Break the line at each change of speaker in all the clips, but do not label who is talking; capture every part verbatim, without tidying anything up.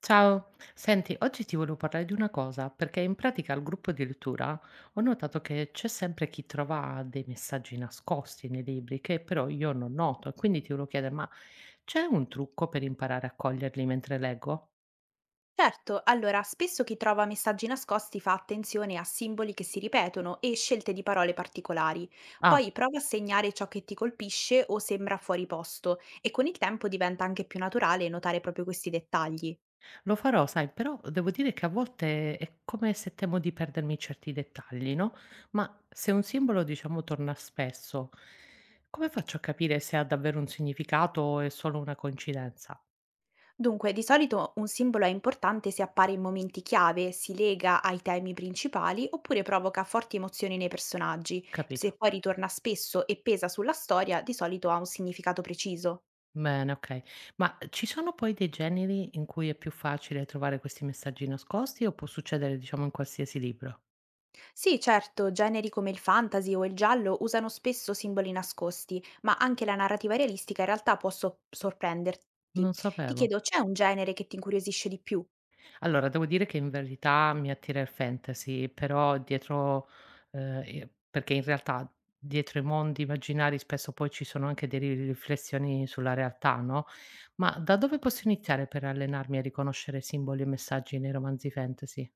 Ciao, senti, oggi ti volevo parlare di una cosa, perché in pratica al gruppo di lettura ho notato che c'è sempre chi trova dei messaggi nascosti nei libri che però io non noto, e quindi ti volevo chiedere, ma c'è un trucco per imparare a coglierli mentre leggo?
Certo, allora spesso chi trova messaggi nascosti fa attenzione a simboli che si ripetono e scelte di parole particolari.
Ah,
Poi prova a segnare ciò che ti colpisce o sembra fuori posto e con il tempo diventa anche più naturale notare proprio questi dettagli.
lo farò, sai, però devo dire che a volte è come se temo di perdermi certi dettagli, no? Ma se un simbolo, diciamo, torna spesso, come faccio a capire se ha davvero un significato o è solo una coincidenza?
Dunque, di solito un simbolo è importante se appare in momenti chiave, si lega ai temi principali oppure provoca forti emozioni nei personaggi. Se
Capito?
poi ritorna spesso e pesa sulla storia, di solito ha un significato preciso.
Bene, okay. Ma ci sono poi dei generi in cui è più facile trovare questi messaggi nascosti o può succedere, diciamo, in qualsiasi libro?
Sì, certo, generi come il fantasy o il giallo usano spesso simboli nascosti, ma anche la narrativa realistica in realtà può so- sorprenderti.
Non
Ti
sapevo.
chiedo, c'è un genere che ti incuriosisce di più?
Allora, devo dire che in verità mi attira il fantasy, però dietro ehm, i perché in realtà dietro i mondi immaginari spesso poi ci sono anche delle riflessioni sulla realtà, no, ma da dove posso iniziare per allenarmi a riconoscere simboli e messaggi nei romanzi fantasy?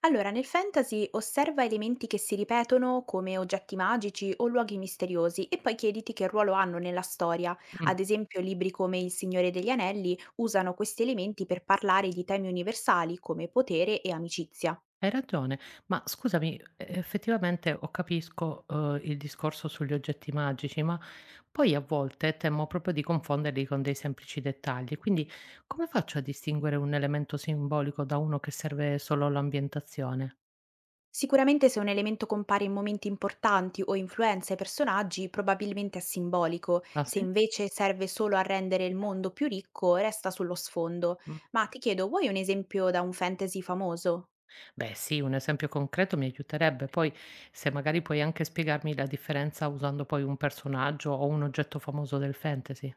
Allora, nel fantasy osserva elementi che si ripetono come oggetti magici o luoghi misteriosi e poi chiediti che ruolo hanno nella storia.
Mh.
Ad esempio, libri come Il Signore degli Anelli usano questi elementi per parlare di temi universali come potere e amicizia.
Hai ragione, ma scusami, e effettivamente ho capisco, uhm, il discorso sugli oggetti magici, ma poi a volte temo proprio di confonderli con dei semplici dettagli. Quindi come faccio a distinguere un elemento simbolico da uno che serve solo all'ambientazione?
Sicuramente se un elemento compare in momenti importanti o influenza i personaggi, probabilmente è simbolico,
Ah
se
sì?
invece serve solo a rendere il mondo più ricco, resta sullo sfondo.
Mh.
Ma ti chiedo, vuoi un esempio da un fantasy famoso?
Beh sì, un esempio concreto mi aiuterebbe. Poi se magari puoi anche spiegarmi la differenza usando poi un personaggio o un oggetto famoso del fantasy.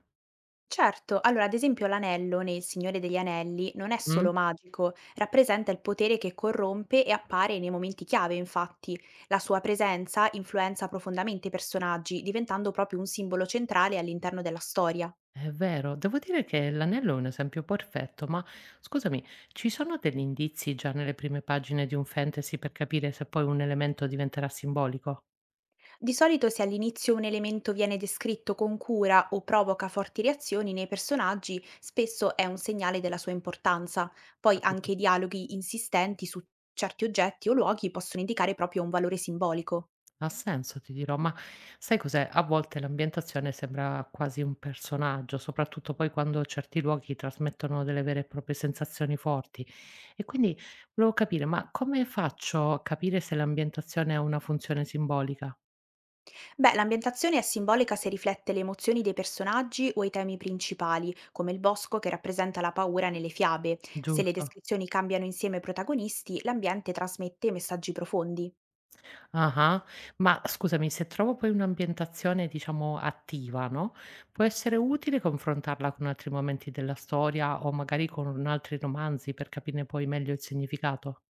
Certo, allora ad esempio l'anello nel Signore degli Anelli non è
Mh?
solo magico, rappresenta il potere che corrompe e appare nei momenti chiave, infatti. La sua presenza influenza profondamente i personaggi, diventando proprio un simbolo centrale all'interno della storia.
È vero, devo dire che l'anello è un esempio perfetto, ma scusami, ci sono degli indizi già nelle prime pagine di un fantasy per capire se poi un elemento diventerà simbolico?
Di solito se all'inizio un elemento viene descritto con cura o provoca forti reazioni nei personaggi, spesso è un segnale della sua importanza. Poi
Capito?
anche i dialoghi insistenti su certi oggetti o luoghi possono indicare proprio un valore simbolico.
Ha senso, ti dirò, ma sai cos'è? A volte l'ambientazione sembra quasi un personaggio, soprattutto poi quando certi luoghi trasmettono delle vere e proprie sensazioni forti. E quindi volevo capire, ma come faccio a capire se l'ambientazione ha una funzione simbolica?
Beh, l'ambientazione è simbolica se riflette le emozioni dei personaggi o i temi principali, come il bosco che rappresenta la paura nelle fiabe. Se le
Giusto?
descrizioni cambiano insieme ai protagonisti, l'ambiente trasmette messaggi profondi.
Ah-ah. Ma scusami, se trovo poi un'ambientazione, diciamo, attiva, no, può essere utile confrontarla con altri momenti della storia o magari con altri romanzi per capirne poi meglio il significato?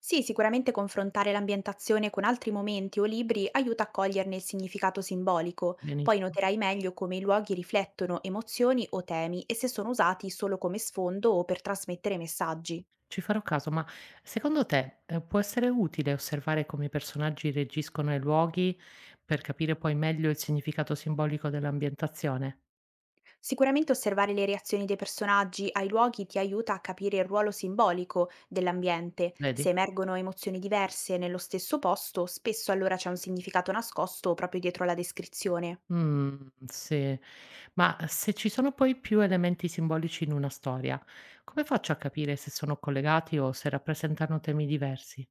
Sì, sicuramente confrontare l'ambientazione con altri momenti o libri aiuta a coglierne il significato simbolico, poi
Benissimo.
noterai meglio come i luoghi riflettono emozioni o temi e se sono usati solo come sfondo o per trasmettere messaggi.
Ci farò caso, ma secondo te, ehm, può essere utile osservare come i personaggi reagiscono ai luoghi per capire poi meglio il significato simbolico dell'ambientazione?
Sicuramente osservare le reazioni dei personaggi ai luoghi ti aiuta a capire il ruolo simbolico dell'ambiente.
Vedi?
Se emergono emozioni diverse nello stesso posto, spesso allora c'è un significato nascosto proprio dietro la descrizione.
Mh, sì. Ma se ci sono poi più elementi simbolici in una storia, come faccio a capire se sono collegati o se rappresentano temi diversi?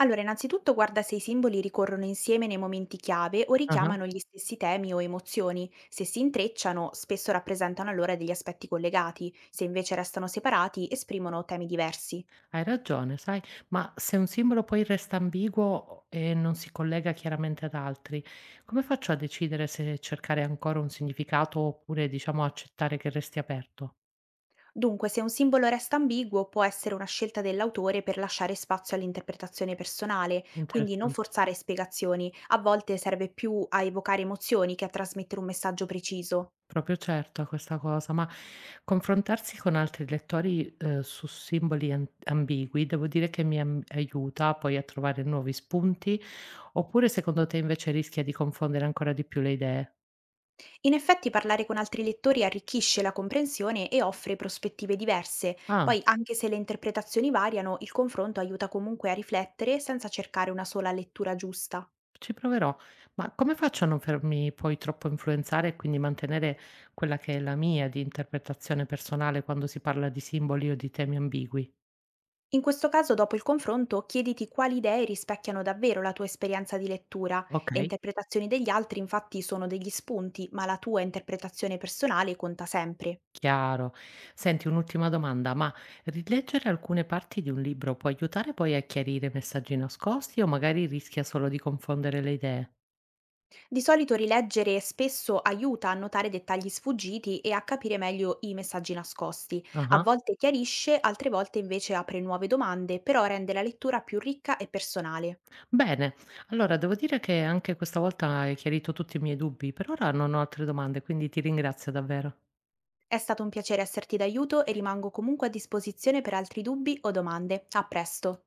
Allora, innanzitutto guarda se i simboli ricorrono insieme nei momenti chiave o
Ah-ah.
richiamano gli stessi temi o emozioni. Se si intrecciano, spesso rappresentano allora degli aspetti collegati, se invece restano separati, esprimono temi diversi.
Hai ragione, sai, ma se un simbolo poi resta ambiguo e non si collega chiaramente ad altri, come faccio a decidere se cercare ancora un significato oppure, diciamo, accettare che resti aperto?
Dunque, se un simbolo resta ambiguo, può essere una scelta dell'autore per lasciare spazio all'interpretazione personale, quindi non
Interessante.
forzare spiegazioni, a volte serve più a evocare emozioni che a trasmettere un messaggio preciso.
Proprio certo a questa cosa, ma confrontarsi con altri lettori, uhm, su simboli an ambigui devo dire che mi am aiuta poi a trovare nuovi spunti, oppure secondo te invece rischia di confondere ancora di più le idee?
In effetti parlare con altri lettori arricchisce la comprensione e offre prospettive diverse,
Ah,
poi anche se le interpretazioni variano, il confronto aiuta comunque a riflettere senza cercare una sola lettura giusta.
ci proverò. Ma come faccio a non farmi poi troppo influenzare e quindi mantenere quella che è la mia di interpretazione personale quando si parla di simboli o di temi ambigui?
In questo caso, dopo il confronto, chiediti quali idee rispecchiano davvero la tua esperienza di lettura. Le
Okay.
interpretazioni degli altri infatti sono degli spunti, ma la tua interpretazione personale conta sempre.
Chiaro. Senti, un'ultima domanda, ma rileggere alcune parti di un libro può aiutare poi a chiarire messaggi nascosti o magari rischia solo di confondere le idee?
Di solito rileggere spesso aiuta a notare dettagli sfuggiti e a capire meglio i messaggi nascosti. A
Ah-ah.
volte chiarisce, altre volte invece apre nuove domande, però rende la lettura più ricca e personale.
Bene, allora devo dire che anche questa volta hai chiarito tutti i miei dubbi. Per ora non ho altre domande, quindi ti ringrazio davvero.
È stato un piacere esserti d'aiuto e rimango comunque a disposizione per altri dubbi o domande. A presto!